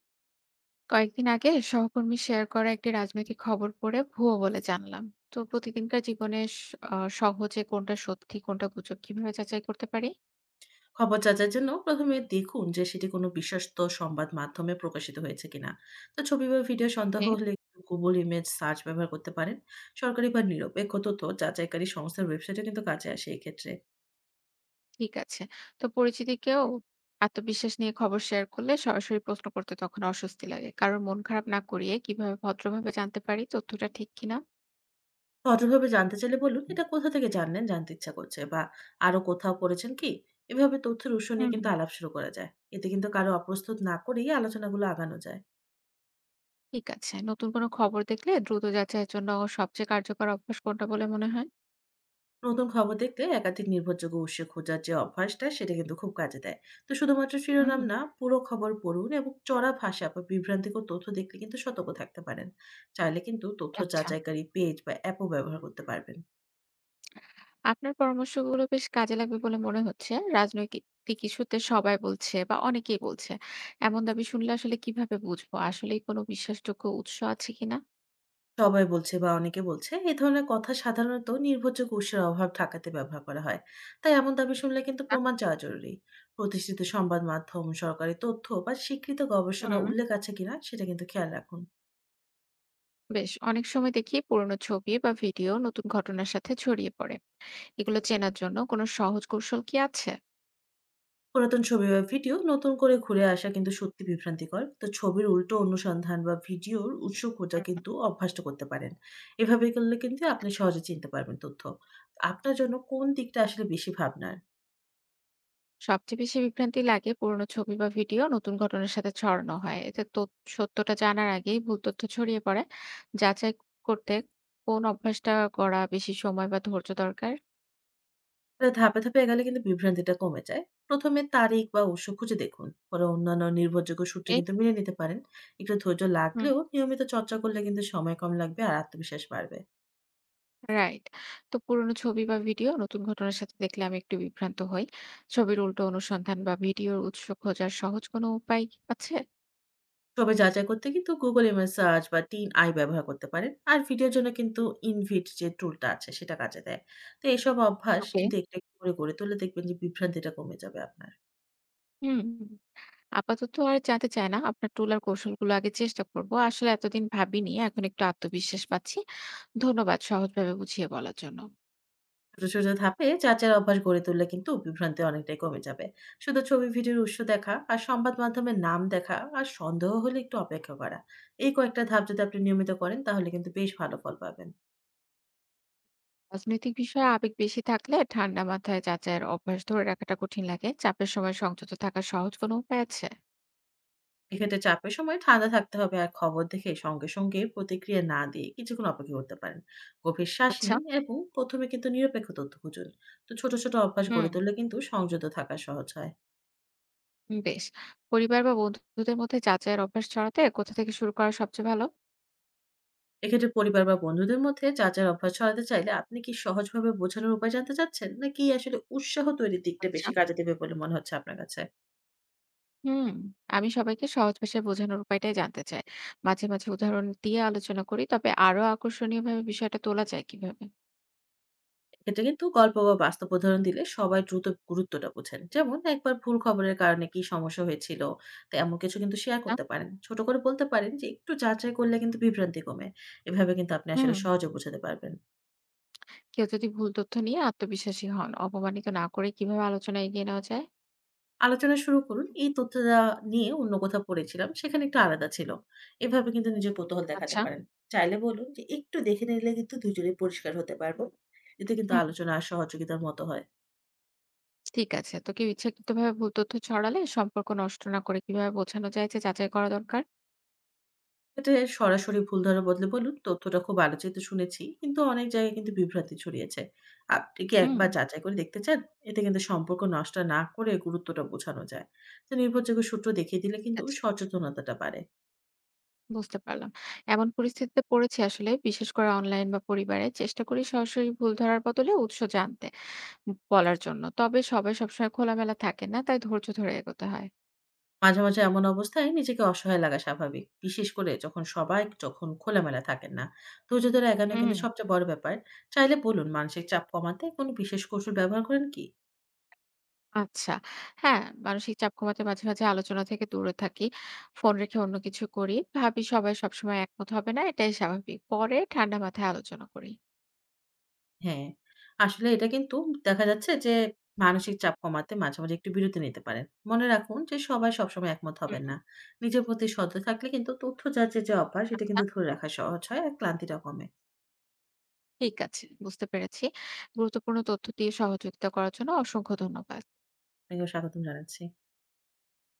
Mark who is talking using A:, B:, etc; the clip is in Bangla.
A: কয়েকদিন আগে সহকর্মী শেয়ার করা একটি রাজনৈতিক খবর পড়ে ভুয়ো বলে জানলাম। তো প্রতিদিনকার জীবনে সহজে কোনটা সত্যি কোনটা গুজব কিভাবে যাচাই করতে পারি?
B: খবর যাচাইয়ের জন্য প্রথমে দেখুন যে সেটি কোনো বিশ্বস্ত সংবাদ মাধ্যমে প্রকাশিত হয়েছে কিনা। তো ছবি বা ভিডিও সন্দেহ
A: এ,
B: হলে গুগল ইমেজ সার্চ ব্যবহার করতে পারেন। সরকারি বা নিরপেক্ষ তথ্য যাচাইকারী সংস্থার ওয়েবসাইটে কিন্তু কাজে আসে এই ক্ষেত্রে।
A: ঠিক আছে। তো পরিচিতি কেউ আত্মবিশ্বাস নিয়ে খবর শেয়ার করলে সরাসরি প্রশ্ন করতে তখন অস্বস্তি লাগে, কারোর মন খারাপ না করিয়ে কিভাবে ভদ্রভাবে জানতে পারি তথ্যটা ঠিক কিনা?
B: তো অটোভাবে জানতে চাইলে বলুন, এটা কোথা থেকে জানলেন, জানতে ইচ্ছা করছে, বা আরো কোথাও পড়েছেন কি। এভাবে তথ্যের উৎস নিয়ে
A: হুম।
B: কিন্তু আলাপ শুরু করা যায়। এতে কিন্তু কারো অপ্রস্তুত না করেই আলোচনাগুলো আগানো যায়।
A: ঠিক আছে, নতুন কোনো খবর দেখলে দ্রুত যাচাইয়ের জন্য সবচেয়ে কার্যকর অভ্যাস কোনটা বলে মনে হয়?
B: নতুন খবর দেখতে একাধিক নির্ভরযোগ্য উৎসে খোঁজার যে অভ্যাসটা সেটা কিন্তু খুব কাজে দেয়। তো শুধুমাত্র
A: হুম।
B: শিরোনাম না, পুরো খবর পড়ুন এবং চড়া ভাষা বা বিভ্রান্তিকর তথ্য দেখলে কিন্তু সতর্ক থাকতে পারেন। চাইলে কিন্তু তথ্য
A: আচ্ছা,
B: যাচাইকারী পেজ বা অ্যাপও ব্যবহার করতে পারবেন।
A: আপনার পরামর্শগুলো বেশ কাজে লাগবে বলে মনে হচ্ছে। রাজনৈতিক ইস্যুতে সবাই বলছে বা অনেকেই বলছে। এমন দাবি শুনলে আসলে কিভাবে বুঝবো আসলেই কোনো বিশ্বাসযোগ্য উৎস আছে কিনা?
B: সবাই বলছে বা অনেকে বলছে, এই ধরনের কথা সাধারণত নির্ভরযোগ্য উৎসের অভাব ঠেকাতে ব্যবহার করা হয়। তাই এমন দাবি শুনলে কিন্তু
A: আ
B: প্রমাণ চাওয়া জরুরি। প্রতিষ্ঠিত সংবাদ মাধ্যম, সরকারি তথ্য বা স্বীকৃত গবেষণা
A: হুম।
B: উল্লেখ আছে কিনা সেটা কিন্তু খেয়াল রাখুন।
A: বেশ অনেক সময় দেখি পুরনো ছবি বা ভিডিও নতুন ঘটনার সাথে ছড়িয়ে পড়ে। এগুলো চেনার জন্য কোনো সহজ কৌশল কি আছে?
B: পুরাতন ছবি বা ভিডিও নতুন করে ঘুরে আসা কিন্তু সত্যি বিভ্রান্তিকর। তো ছবির উল্টো অনুসন্ধান বা ভিডিওর উৎস খোঁজা
A: হুম।
B: কিন্তু অভ্যাসটা করতে পারেন। এভাবে করলে কিন্তু
A: ঠিক
B: আপনি
A: আছে।
B: সহজে চিনতে পারবেন তথ্য। আপনার জন্য কোন দিকটা আসলে বেশি ভাবনার?
A: সবচেয়ে বেশি বিভ্রান্তি লাগে পুরনো ছবি বা ভিডিও নতুন ঘটনার সাথে ছড়ানো হয়, এতে সত্যটা জানার আগেই ভুল তথ্য ছড়িয়ে পড়ে। যাচাই করতে কোন অভ্যাসটা করা বেশি সময় বা ধৈর্য দরকার?
B: তাহলে ধাপে ধাপে এগোলে কিন্তু বিভ্রান্তিটা কমে যায়। প্রথমে তারিখ বা উৎস খুঁজে দেখুন, পরে অন্যান্য নির্ভরযোগ্য সূত্রে
A: এ,
B: কিন্তু মেনে নিতে পারেন। একটু ধৈর্য
A: হুম।
B: লাগলেও নিয়মিত চর্চা করলে কিন্তু সময় কম লাগবে আর আত্মবিশ্বাস বাড়বে।
A: রাইট। তো পুরনো ছবি বা ভিডিও নতুন ঘটনার সাথে দেখলে আমি একটু বিভ্রান্ত হই, ছবির উল্টো অনুসন্ধান বা ভিডিওর উৎস খোঁজার সহজ কোনো উপায় আছে?
B: তবে যাচাই করতে কিন্তু Google ইমেজ সার্চ বা টিন আই ব্যবহার করতে পারেন। আর ভিডিওর জন্য কিন্তু ইনভিট যে টুলটা আছে সেটা কাজে দেয়। তো এইসব অভ্যাস
A: ওকে।
B: কিন্তু একটু একটু করে গড়ে তুললে দেখবেন যে বিভ্রান্তিটা কমে যাবে আপনার।
A: হুম। আপাতত আর জানতে চাই না। আপনার টুল আর কৌশলগুলো আগে চেষ্টা করব। আসলে এতদিন ভাবিনি। এখন একটু আত্মবিশ্বাস পাচ্ছি। ধন্যবাদ সহজভাবে বুঝিয়ে বলার জন্য।
B: ছোট ছোট ধাপে যাচাইয়ের অভ্যাস গড়ে তুললে কিন্তু বিভ্রান্তি অনেকটাই কমে যাবে। শুধু ছবি ভিডিওর উৎস দেখা, আর সংবাদ মাধ্যমের নাম দেখা, আর সন্দেহ হলে একটু অপেক্ষা করা। এই কয়েকটা ধাপ যদি আপনি নিয়মিত করেন তাহলে কিন্তু বেশ ভালো ফল পাবেন।
A: রাজনৈতিক বিষয়ে আবেগ বেশি থাকলে ঠান্ডা মাথায় যাচাইয়ের অভ্যাস ধরে রাখাটা কঠিন লাগে। চাপের সময় সংযত থাকার সহজ কোনো উপায় আছে?
B: এক্ষেত্রে চাপের সময় ঠান্ডা থাকতে হবে, আর খবর দেখে সঙ্গে সঙ্গে প্রতিক্রিয়া না দিয়ে কিছুক্ষণ অপেক্ষা করতে পারেন। গভীর শ্বাস
A: আচ্ছা।
B: নিন এবং প্রথমে কিন্তু নিরপেক্ষ তথ্য খুঁজুন। তো ছোট ছোট অভ্যাস
A: হুম।
B: গড়ে তুললে কিন্তু সংযত থাকা সহজ হয়।
A: বেশ। পরিবার বা বন্ধুদের মধ্যে যাচাইয়ের অভ্যাস ছড়াতে কোথা থেকে শুরু করা সবচেয়ে ভালো?
B: এক্ষেত্রে পরিবার বা বন্ধুদের মধ্যে যার যার অভ্যাস ছড়াতে চাইলে, আপনি কি সহজভাবে বোঝানোর উপায় জানতে চাচ্ছেন, নাকি আসলে উৎসাহ তৈরির দিকটা
A: আচ্ছা।
B: বেশি কাজে দেবে বলে মনে হচ্ছে আপনার কাছে?
A: হুম, আমি সবাইকে সহজ ভাষায় বোঝানোর উপায়টাই জানতে চাই। মাঝে, মাঝে উদাহরণ দিয়ে আলোচনা করি। তবে আরো আকর্ষণীয়ভাবে বিষয়টা তোলা যায় কিভাবে?
B: এটা কিন্তু গল্প বা বাস্তব উদাহরণ দিলে সবাই দ্রুত গুরুত্বটা বোঝেন। যেমন, একবার ভুল খবরের কারণে কি সমস্যা হয়েছিল, তো এমন কিছু কিন্তু শেয়ার
A: না?
B: করতে পারেন। ছোট করে বলতে পারেন যে একটু যাচাই করলে কিন্তু বিভ্রান্তি কমে। এভাবে কিন্তু আপনি
A: হুম।
B: আসলে সহজে বোঝাতে পারবেন।
A: কেউ যদি ভুল তথ্য নিয়ে আত্মবিশ্বাসী হন, অপমানিত না করে কিভাবে আলোচনা এগিয়ে নেওয়া যায়?
B: আলোচনা শুরু করুন, এই তথ্যটা নিয়ে অন্য কোথাও পড়েছিলাম, সেখানে একটু আলাদা ছিল। এভাবে কিন্তু নিজের কৌতূহল দেখাতে
A: আচ্ছা।
B: পারেন। চাইলে বলুন যে একটু দেখে নিলে কিন্তু দুজনেই পরিষ্কার হতে পারবো। এতে কিন্তু
A: হুম।
B: আলোচনা আর সহযোগিতার মতো হয়।
A: ঠিক আছে। তো কেউ ইচ্ছাকৃতভাবে ভুল তথ্য ছড়ালে সম্পর্ক নষ্ট না করে কিভাবে বোঝানো যায় যে যাচাই করা দরকার?
B: এটা সরাসরি ভুল ধরার বদলে বলুন, "তথ্যটা খুব আলোচিত শুনেছি, কিন্তু অনেক জায়গায় কিন্তু বিভ্রান্তি ছড়িয়েছে। আপনি কি
A: হুম।
B: একবার যাচাই করে দেখতে চান?" এতে কিন্তু সম্পর্ক নষ্ট না করে গুরুত্বটা বোঝানো যায়। তো নির্ভরযোগ্য সূত্র দেখিয়ে দিলে
A: ঠিক
B: কিন্তু
A: আছে,
B: সচেতনতাটা বাড়ে।
A: বুঝতে পারলাম। এমন পরিস্থিতিতে পড়েছি আসলে, বিশেষ করে অনলাইন বা পরিবারে। চেষ্টা করি সরাসরি ভুল ধরার বদলে উৎস জানতে বলার জন্য। তবে সবাই সবসময় খোলামেলা থাকে না, তাই ধৈর্য ধরে এগোতে হয়।
B: মাঝে, মাঝে এমন অবস্থায় নিজেকে অসহায় লাগা স্বাভাবিক, বিশেষ করে যখন সবাই যখন খোলামেলা থাকেন না। ধৈর্য ধরে এগোনো কিন্তু
A: হুম।
B: সবচেয়ে বড় ব্যাপার। চাইলে বলুন, মানসিক চাপ কমাতে কোনো বিশেষ কৌশল ব্যবহার করেন কি?
A: আচ্ছা। হ্যাঁ, মানসিক চাপ কমাতে মাঝে, মাঝে আলোচনা থেকে দূরে থাকি। ফোন রেখে অন্য কিছু করি। ভাবি সবাই সবসময় একমত হবে না, এটাই স্বাভাবিক। পরে ঠান্ডা মাথায় আলোচনা করি।
B: হ্যাঁ, আসলে এটা কিন্তু দেখা যাচ্ছে যে মানসিক চাপ কমাতে মাঝে, মাঝে একটু বিরতি নিতে পারেন। মনে রাখুন যে সবাই সবসময় একমত
A: হুম।
B: হবেন না। নিজের প্রতি সদয় থাকলে কিন্তু তথ্য যাচাইয়ের যে অভ্যাস সেটা
A: আচ্ছা,
B: কিন্তু ধরে রাখা সহজ হয় আর ক্লান্তিটা কমে।
A: ঠিক আছে। বুঝতে পেরেছি। গুরুত্বপূর্ণ তথ্য দিয়ে সহযোগিতা করার জন্য অসংখ্য ধন্যবাদ।
B: আপনাকেও স্বাগতম জানাচ্ছি।